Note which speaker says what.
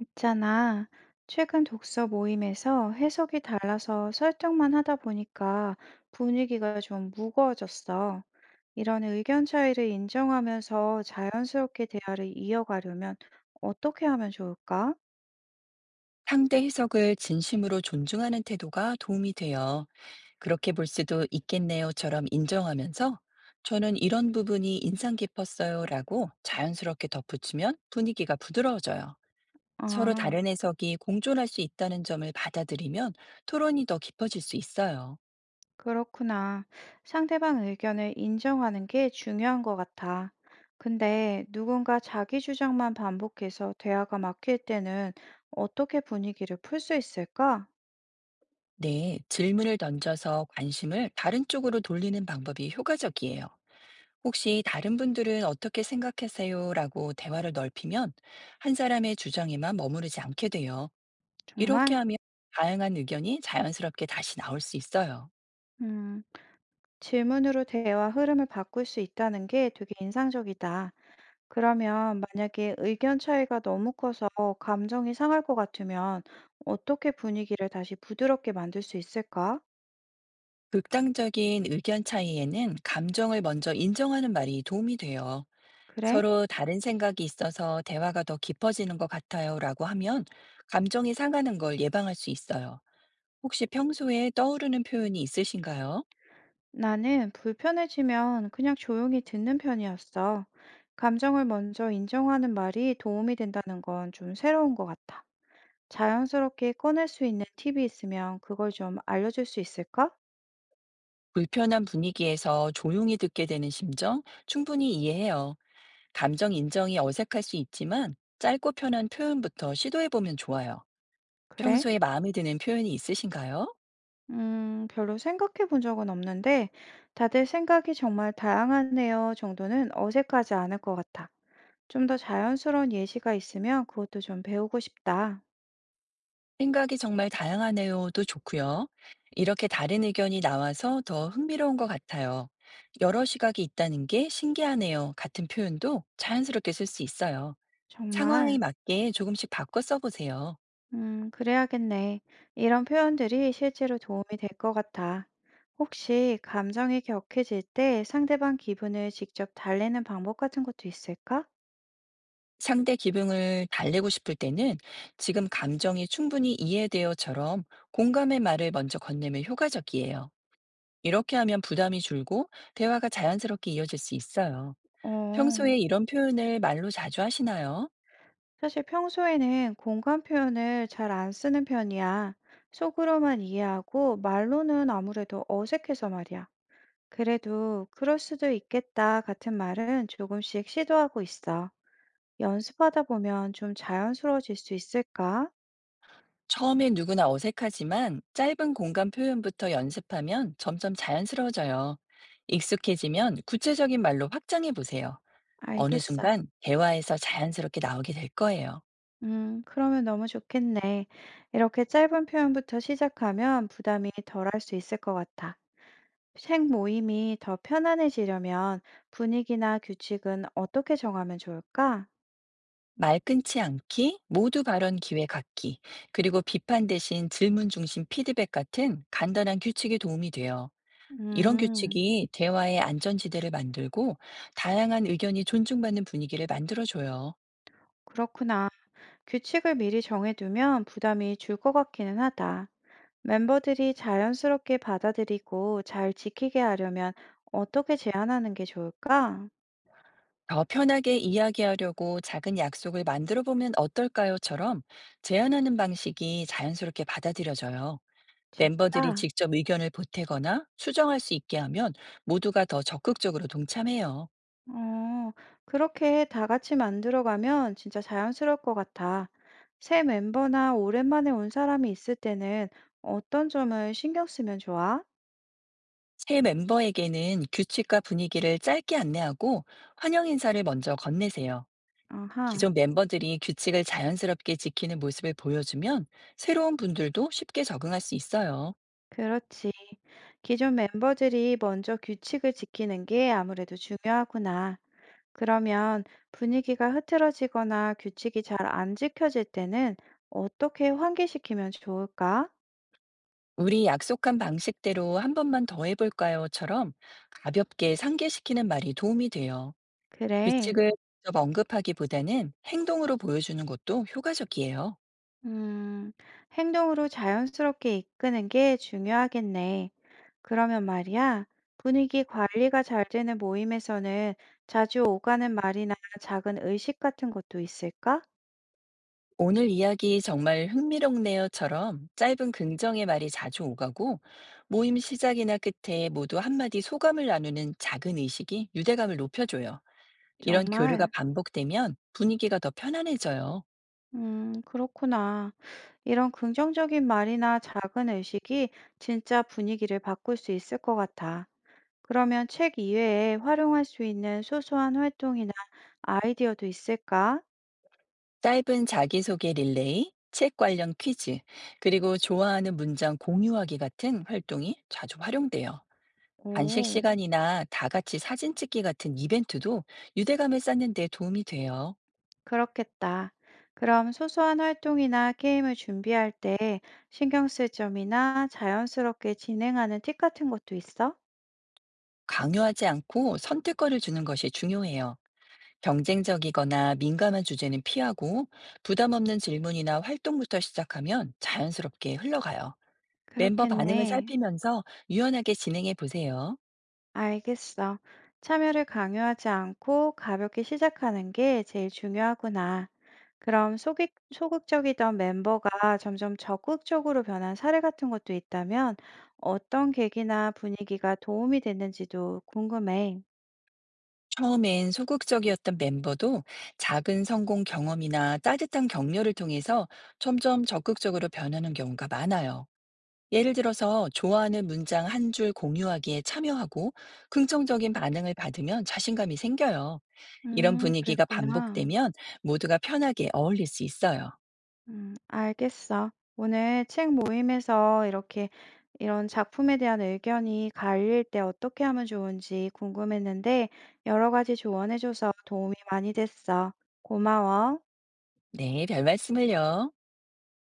Speaker 1: 있잖아. 최근 독서 모임에서 해석이 달라서 설득만 하다 보니까 분위기가 좀 무거워졌어. 이런 의견 차이를 인정하면서 자연스럽게 대화를 이어가려면 어떻게 하면 좋을까?
Speaker 2: 상대 해석을 진심으로 존중하는 태도가 도움이 돼요. 그렇게 볼 수도 있겠네요처럼 인정하면서 저는 이런 부분이 인상 깊었어요라고 자연스럽게 덧붙이면 분위기가 부드러워져요. 서로
Speaker 1: 아,
Speaker 2: 다른 해석이 공존할 수 있다는 점을 받아들이면 토론이 더 깊어질 수 있어요.
Speaker 1: 그렇구나. 상대방 의견을 인정하는 게 중요한 것 같아. 근데 누군가 자기 주장만 반복해서 대화가 막힐 때는 어떻게 분위기를 풀 수 있을까?
Speaker 2: 네, 질문을 던져서 관심을 다른 쪽으로 돌리는 방법이 효과적이에요. 혹시 다른 분들은 어떻게 생각하세요? 라고 대화를 넓히면 한 사람의 주장에만 머무르지 않게 돼요. 이렇게
Speaker 1: 정말?
Speaker 2: 하면 다양한 의견이 자연스럽게 다시 나올 수 있어요.
Speaker 1: 음. 질문으로 대화 흐름을 바꿀 수 있다는 게 되게 인상적이다. 그러면 만약에 의견 차이가 너무 커서 감정이 상할 것 같으면 어떻게 분위기를 다시 부드럽게 만들 수 있을까?
Speaker 2: 극단적인 의견 차이에는 감정을 먼저 인정하는 말이 도움이 돼요.
Speaker 1: 그래?
Speaker 2: 서로 다른 생각이 있어서 대화가 더 깊어지는 것 같아요. 라고 하면 감정이 상하는 걸 예방할 수 있어요. 혹시 평소에 떠오르는 표현이 있으신가요?
Speaker 1: 나는 불편해지면 그냥 조용히 듣는 편이었어. 감정을 먼저 인정하는 말이 도움이 된다는 건 좀 새로운 것 같아. 자연스럽게 꺼낼 수 있는 팁이 있으면 그걸 좀 알려줄 수 있을까?
Speaker 2: 불편한 분위기에서 조용히 듣게 되는 심정 충분히 이해해요. 감정 인정이 어색할 수 있지만 짧고 편한 표현부터 시도해보면 좋아요.
Speaker 1: 그래?
Speaker 2: 평소에 마음에 드는 표현이 있으신가요?
Speaker 1: 별로 생각해 본 적은 없는데, 다들 생각이 정말 다양하네요 정도는 어색하지 않을 것 같아. 좀 더 자연스러운 예시가 있으면 그것도 좀 배우고 싶다.
Speaker 2: 생각이 정말 다양하네요도 좋고요. 이렇게 다른 의견이 나와서 더 흥미로운 것 같아요. 여러 시각이 있다는 게 신기하네요. 같은 표현도 자연스럽게 쓸 수 있어요. 상황에
Speaker 1: 정말,
Speaker 2: 맞게 조금씩 바꿔 써보세요.
Speaker 1: 그래야겠네. 이런 표현들이 실제로 도움이 될 것 같아. 혹시 감정이 격해질 때 상대방 기분을 직접 달래는 방법 같은 것도 있을까?
Speaker 2: 상대 기분을 달래고 싶을 때는 지금 감정이 충분히 이해되어처럼 공감의 말을 먼저 건네면 효과적이에요. 이렇게 하면 부담이 줄고 대화가 자연스럽게 이어질 수 있어요.
Speaker 1: 어.
Speaker 2: 평소에 이런 표현을 말로 자주 하시나요?
Speaker 1: 사실 평소에는 공감 표현을 잘 안 쓰는 편이야. 속으로만 이해하고 말로는 아무래도 어색해서 말이야. 그래도 그럴 수도 있겠다 같은 말은 조금씩 시도하고 있어. 연습하다 보면 좀 자연스러워질 수 있을까?
Speaker 2: 처음엔 누구나 어색하지만 짧은 공감 표현부터 연습하면 점점 자연스러워져요. 익숙해지면 구체적인 말로 확장해 보세요. 어느
Speaker 1: 알겠어.
Speaker 2: 순간 대화에서 자연스럽게 나오게 될 거예요.
Speaker 1: 그러면 너무 좋겠네. 이렇게 짧은 표현부터 시작하면 부담이 덜할 수 있을 것 같아. 책 모임이 더 편안해지려면 분위기나 규칙은 어떻게 정하면 좋을까?
Speaker 2: 말 끊지 않기, 모두 발언 기회 갖기, 그리고 비판 대신 질문 중심 피드백 같은 간단한 규칙이 도움이 돼요. 이런
Speaker 1: 음,
Speaker 2: 규칙이 대화의 안전지대를 만들고 다양한 의견이 존중받는 분위기를 만들어줘요.
Speaker 1: 그렇구나. 규칙을 미리 정해두면 부담이 줄 것 같기는 하다. 멤버들이 자연스럽게 받아들이고 잘 지키게 하려면 어떻게 제안하는 게 좋을까?
Speaker 2: 더 편하게 이야기하려고 작은 약속을 만들어 보면 어떨까요?처럼 제안하는 방식이 자연스럽게 받아들여져요. 멤버들이
Speaker 1: 진짜?
Speaker 2: 직접 의견을 보태거나 수정할 수 있게 하면 모두가 더 적극적으로 동참해요.
Speaker 1: 어, 그렇게 다 같이 만들어가면 진짜 자연스러울 것 같아. 새 멤버나 오랜만에 온 사람이 있을 때는 어떤 점을 신경 쓰면 좋아?
Speaker 2: 새 멤버에게는 규칙과 분위기를 짧게 안내하고 환영 인사를 먼저 건네세요.
Speaker 1: 아하,
Speaker 2: 기존 멤버들이 규칙을 자연스럽게 지키는 모습을 보여주면 새로운 분들도 쉽게 적응할 수 있어요.
Speaker 1: 그렇지. 기존 멤버들이 먼저 규칙을 지키는 게 아무래도 중요하구나. 그러면 분위기가 흐트러지거나 규칙이 잘 안 지켜질 때는 어떻게 환기시키면 좋을까?
Speaker 2: 우리 약속한 방식대로 한 번만 더 해볼까요?처럼 가볍게 상기시키는 말이 도움이 돼요.
Speaker 1: 그래.
Speaker 2: 규칙을 직접 언급하기보다는 행동으로 보여주는 것도 효과적이에요.
Speaker 1: 음, 행동으로 자연스럽게 이끄는 게 중요하겠네. 그러면 말이야, 분위기 관리가 잘 되는 모임에서는 자주 오가는 말이나 작은 의식 같은 것도 있을까?
Speaker 2: 오늘 이야기 정말 흥미롭네요처럼 짧은 긍정의 말이 자주 오가고 모임 시작이나 끝에 모두 한마디 소감을 나누는 작은 의식이 유대감을 높여줘요. 이런 교류가
Speaker 1: 정말.
Speaker 2: 반복되면 분위기가 더 편안해져요.
Speaker 1: 그렇구나. 이런 긍정적인 말이나 작은 의식이 진짜 분위기를 바꿀 수 있을 것 같아. 그러면 책 이외에 활용할 수 있는 소소한 활동이나 아이디어도 있을까?
Speaker 2: 짧은 자기소개 릴레이, 책 관련 퀴즈, 그리고 좋아하는 문장 공유하기 같은 활동이 자주 활용돼요. 간식
Speaker 1: 오,
Speaker 2: 시간이나 다 같이 사진 찍기 같은 이벤트도 유대감을 쌓는 데 도움이 돼요.
Speaker 1: 그렇겠다. 그럼 소소한 활동이나 게임을 준비할 때 신경 쓸 점이나 자연스럽게 진행하는 팁 같은 것도 있어?
Speaker 2: 강요하지 않고 선택권을 주는 것이 중요해요. 경쟁적이거나 민감한 주제는 피하고 부담 없는 질문이나 활동부터 시작하면 자연스럽게 흘러가요. 멤버 반응을
Speaker 1: 그렇겠네.
Speaker 2: 살피면서 유연하게 진행해 보세요.
Speaker 1: 알겠어. 참여를 강요하지 않고 가볍게 시작하는 게 제일 중요하구나. 그럼 소극적이던 멤버가 점점 적극적으로 변한 사례 같은 것도 있다면 어떤 계기나 분위기가 도움이 됐는지도 궁금해.
Speaker 2: 처음엔 소극적이었던 멤버도 작은 성공 경험이나 따뜻한 격려를 통해서 점점 적극적으로 변하는 경우가 많아요. 예를 들어서 좋아하는 문장 한 줄 공유하기에 참여하고 긍정적인 반응을 받으면 자신감이 생겨요. 이런 분위기가
Speaker 1: 그랬구나.
Speaker 2: 반복되면 모두가 편하게 어울릴 수 있어요.
Speaker 1: 알겠어. 오늘 책 모임에서 이렇게 이런 작품에 대한 의견이 갈릴 때 어떻게 하면 좋은지 궁금했는데 여러 가지 조언해줘서 도움이 많이 됐어. 고마워.
Speaker 2: 네, 별 말씀을요.